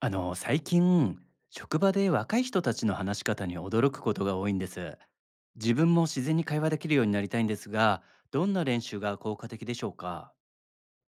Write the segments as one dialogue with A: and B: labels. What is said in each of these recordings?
A: 最近職場で若い人たちの話し方に驚くことが多いんです。自分も自然に会話できるようになりたいんですが、どんな練習が効果的でしょうか？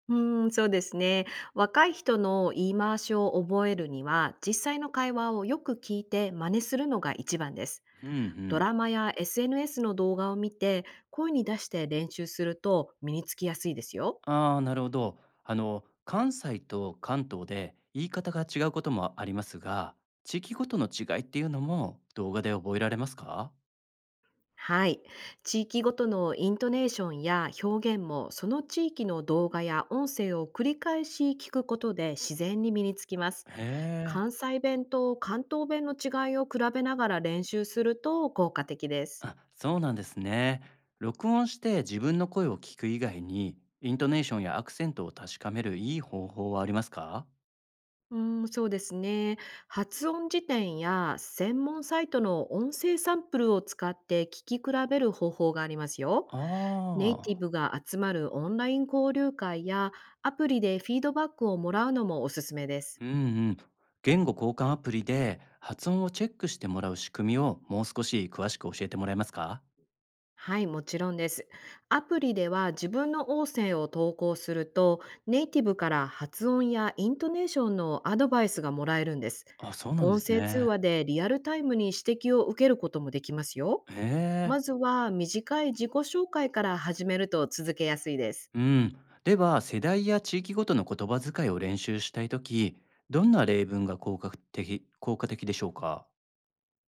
B: そうですね。若い人の言い回しを覚えるには、実際の会話をよく聞いて真似するのが一番です。
A: うんう
B: ド
A: ん。
B: ラマや SNS の動画を見て、声に出して練習すると身につきやすいですよ。
A: ああー、なるほど。関西と関東で言い方が違うこともありますが、地域ごとの違いっていうのも動画で覚えられますか？
B: はい。地域ごとのイントネーションや表現も、その地域の動画や音声を繰り返し聞くことで自然に身につきます。
A: へえ。
B: 関西弁と関東弁の違いを比べながら練習すると効果的です。
A: あ、そうなんですね。録音して自分の声を聞く以外に、イントネーションやアクセントを確かめるいい方法はありますか？
B: そうですね。発音辞典や専門サイトの音声サンプルを使って聞き比べる方法がありますよ。
A: あ
B: ネイティ
A: あ。
B: ブが集まるオンライン交流会やアプリでフィードバックをもらうのもおすすめです。
A: うんうん。言語交換アプリで発音をチェックしてもらう仕組みをもう少し詳しく教えてもらえますか？
B: はい、もちろんです。アプリでは自分の音声を投稿すると、ネイティブから発音やイントネーションのアドバイスがもらえるんです。
A: あ、そうなんで
B: 音
A: す
B: 声通
A: ね。
B: 話でリアルタイムに指摘を受けることもできますよ。
A: へえ。
B: まずは短い自己紹介から始めると続けやすいです。
A: うん。では、世代や地域ごとの言葉遣いを練習したいとき、どんな例文が効果的でしょうか？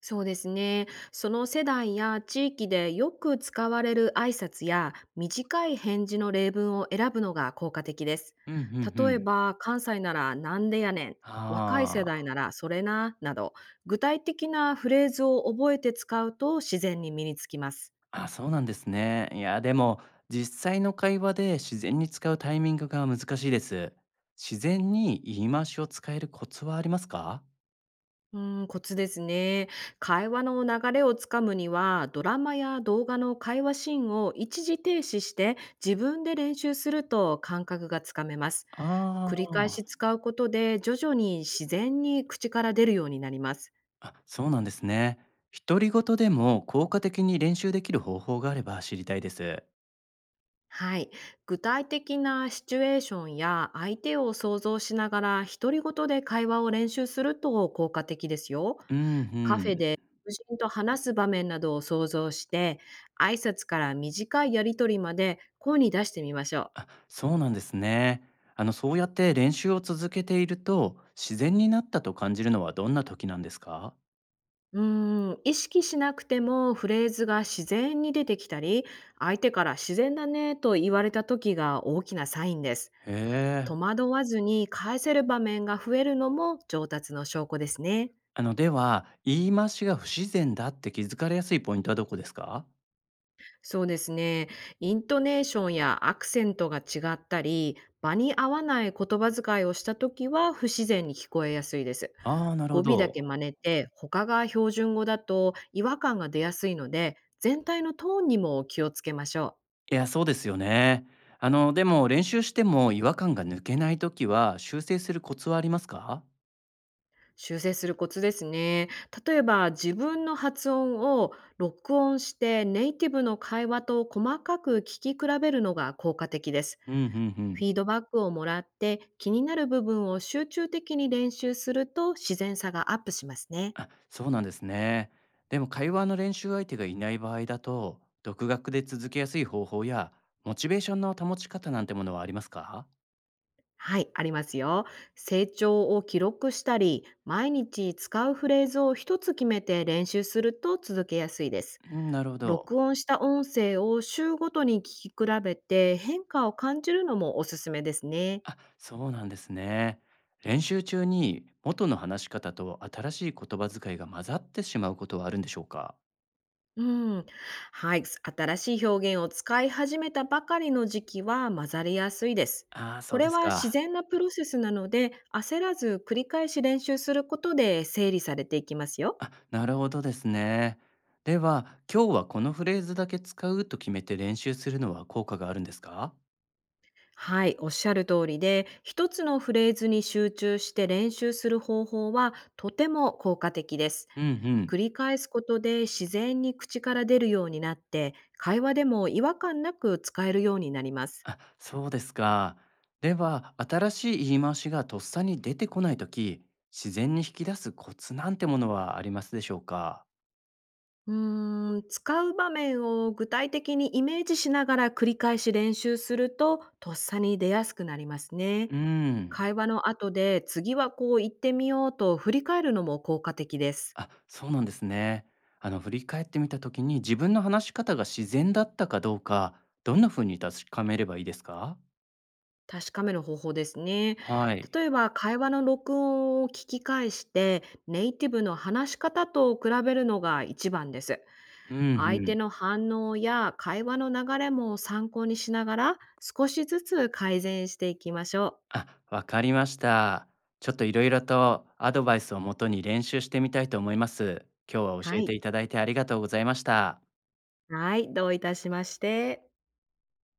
B: そうですね。その世代や地域でよく使われる挨拶や短い返事の例文を選ぶのが効果的です。
A: うんうんう
B: 例え
A: ん。
B: ば、関西ならなんでやねん、若い世
A: ああ。
B: 代ならそれな、など、具体的なフレーズを覚えて使うと自然に身につきます。
A: あ、そうなんですね。いや、でも、実際の会話で自然に使うタイミングが難しいです。自然に言い回しを使えるコツはありますか？
B: うん、コツですね。会話の流れをつかむには、ドラマや動画の会話シーンを一時停止して自分で練習すると感覚がつかめます。
A: あ
B: 繰り返
A: あ
B: し
A: ー。
B: 使うことで徐々に自然に口から出るようになります。
A: あ、そうなんですね。独り言でも効果的に練習できる方法があれば知りたいです。
B: はい。具体的なシチュエーションや相手を想像しながら独り言で会話を練習すると効果的ですよ。
A: うん、
B: カ
A: う
B: フェ
A: ん。
B: で友人と話す場面などを想像して、挨拶から短いやりとりまで声に出してみましょう。
A: あ、そうなんですね。そうやって練習を続けていると、自然になったと感じるのはどんな時なんですか？
B: うー意識しなくてもフレーズが自然に出てきたり、相手から自然だねと言われた時が大きなサインです。
A: へ
B: 戸
A: え。
B: 惑わずに返せる場面が増えるのも上達の証拠ですね。
A: あの、では、言い回しが不自然だって気づかれやすいポイントはどこですか？
B: そうですね。イントネーションやアクセントが違ったり、場に合わない言葉遣いをした時は不自然に聞こえやすいです。
A: ああー、なる
B: 語
A: ほ
B: 尾だ
A: ど。
B: け真似て、他が標準語だと違和感が出やすいので、全体のトーンにも気をつけましょう。
A: いや、そうですよね。あの、でも練習しても違和感が抜けない時は、修正するコツはありますか？
B: 修正するコツですね。例えば自分の発音を録音してネイティブの会話と細かく聞き比べるのが効果的です。
A: うんうんうん。
B: フィードバックをもらって気になる部分を集中的に練習すると自然さがアップしますね。
A: あ、そうなんですね。でも会話の練習相手がいない場合だと、独学で続けやすい方法や、モチベーションの保ち方なんてものはありますか？
B: はい、ありますよ。成長を記録したり、毎日使うフレーズを一つ決めて練習すると続けやすいです。
A: うん、なるほど。
B: 録音した音声を週ごとに聞き比べて変化を感じるのもおすすめですね。
A: あ、そうなんですね。練習中に元の話し方と新しい言葉遣いが混ざってしまうことはあるんでしょうか？
B: うん。はい、新しい表現を使い始めたばかりの時期は混ざりやすいです。
A: ああ、
B: こ
A: そう
B: れ
A: です
B: は自
A: か。
B: 然なプロセスなので、焦らず繰り返し練習することで整理されていきますよ。
A: あ、なるほどですね。では、今日はこのフレーズだけ使うと決めて練習するのは効果があるんですか？
B: はい、おっしゃる通りで、一つのフレーズに集中して練習する方法はとても効果的です。
A: うんうん。
B: 繰り返すことで自然に口から出るようになって、会話でも違和感なく使えるようになります。
A: あ、そうですか。では、新しい言い回しがとっさに出てこないとき、自然に引き出すコツなんてものはありますでしょうか？
B: 使う場面を具体的にイメージしながら繰り返し練習すると、とっさに出やすくなりますね。
A: うん。
B: 会話の後で次はこう言ってみようと振り返るのも効果的です。
A: あ、そうなんですね。あの振り返ってみた時に自分の話し方が自然だったかどうか、どんな風に確かめればいいですか？
B: 確かめる方法ですね。
A: はい。
B: 例えば、会話の録音を聞き返して、ネイティブの話し方と比べるのが一番です。
A: うん
B: 相
A: う
B: 手
A: ん。
B: の反応や会話の流れも参考にしながら、少しずつ改善していきましょう。
A: あ、わかりました。ちょっといろいろとアドバイスをもとに練習してみたいと思います。今日は教
B: は
A: え
B: い。
A: ていただいてありがとうございました。
B: はい、どういたしまして。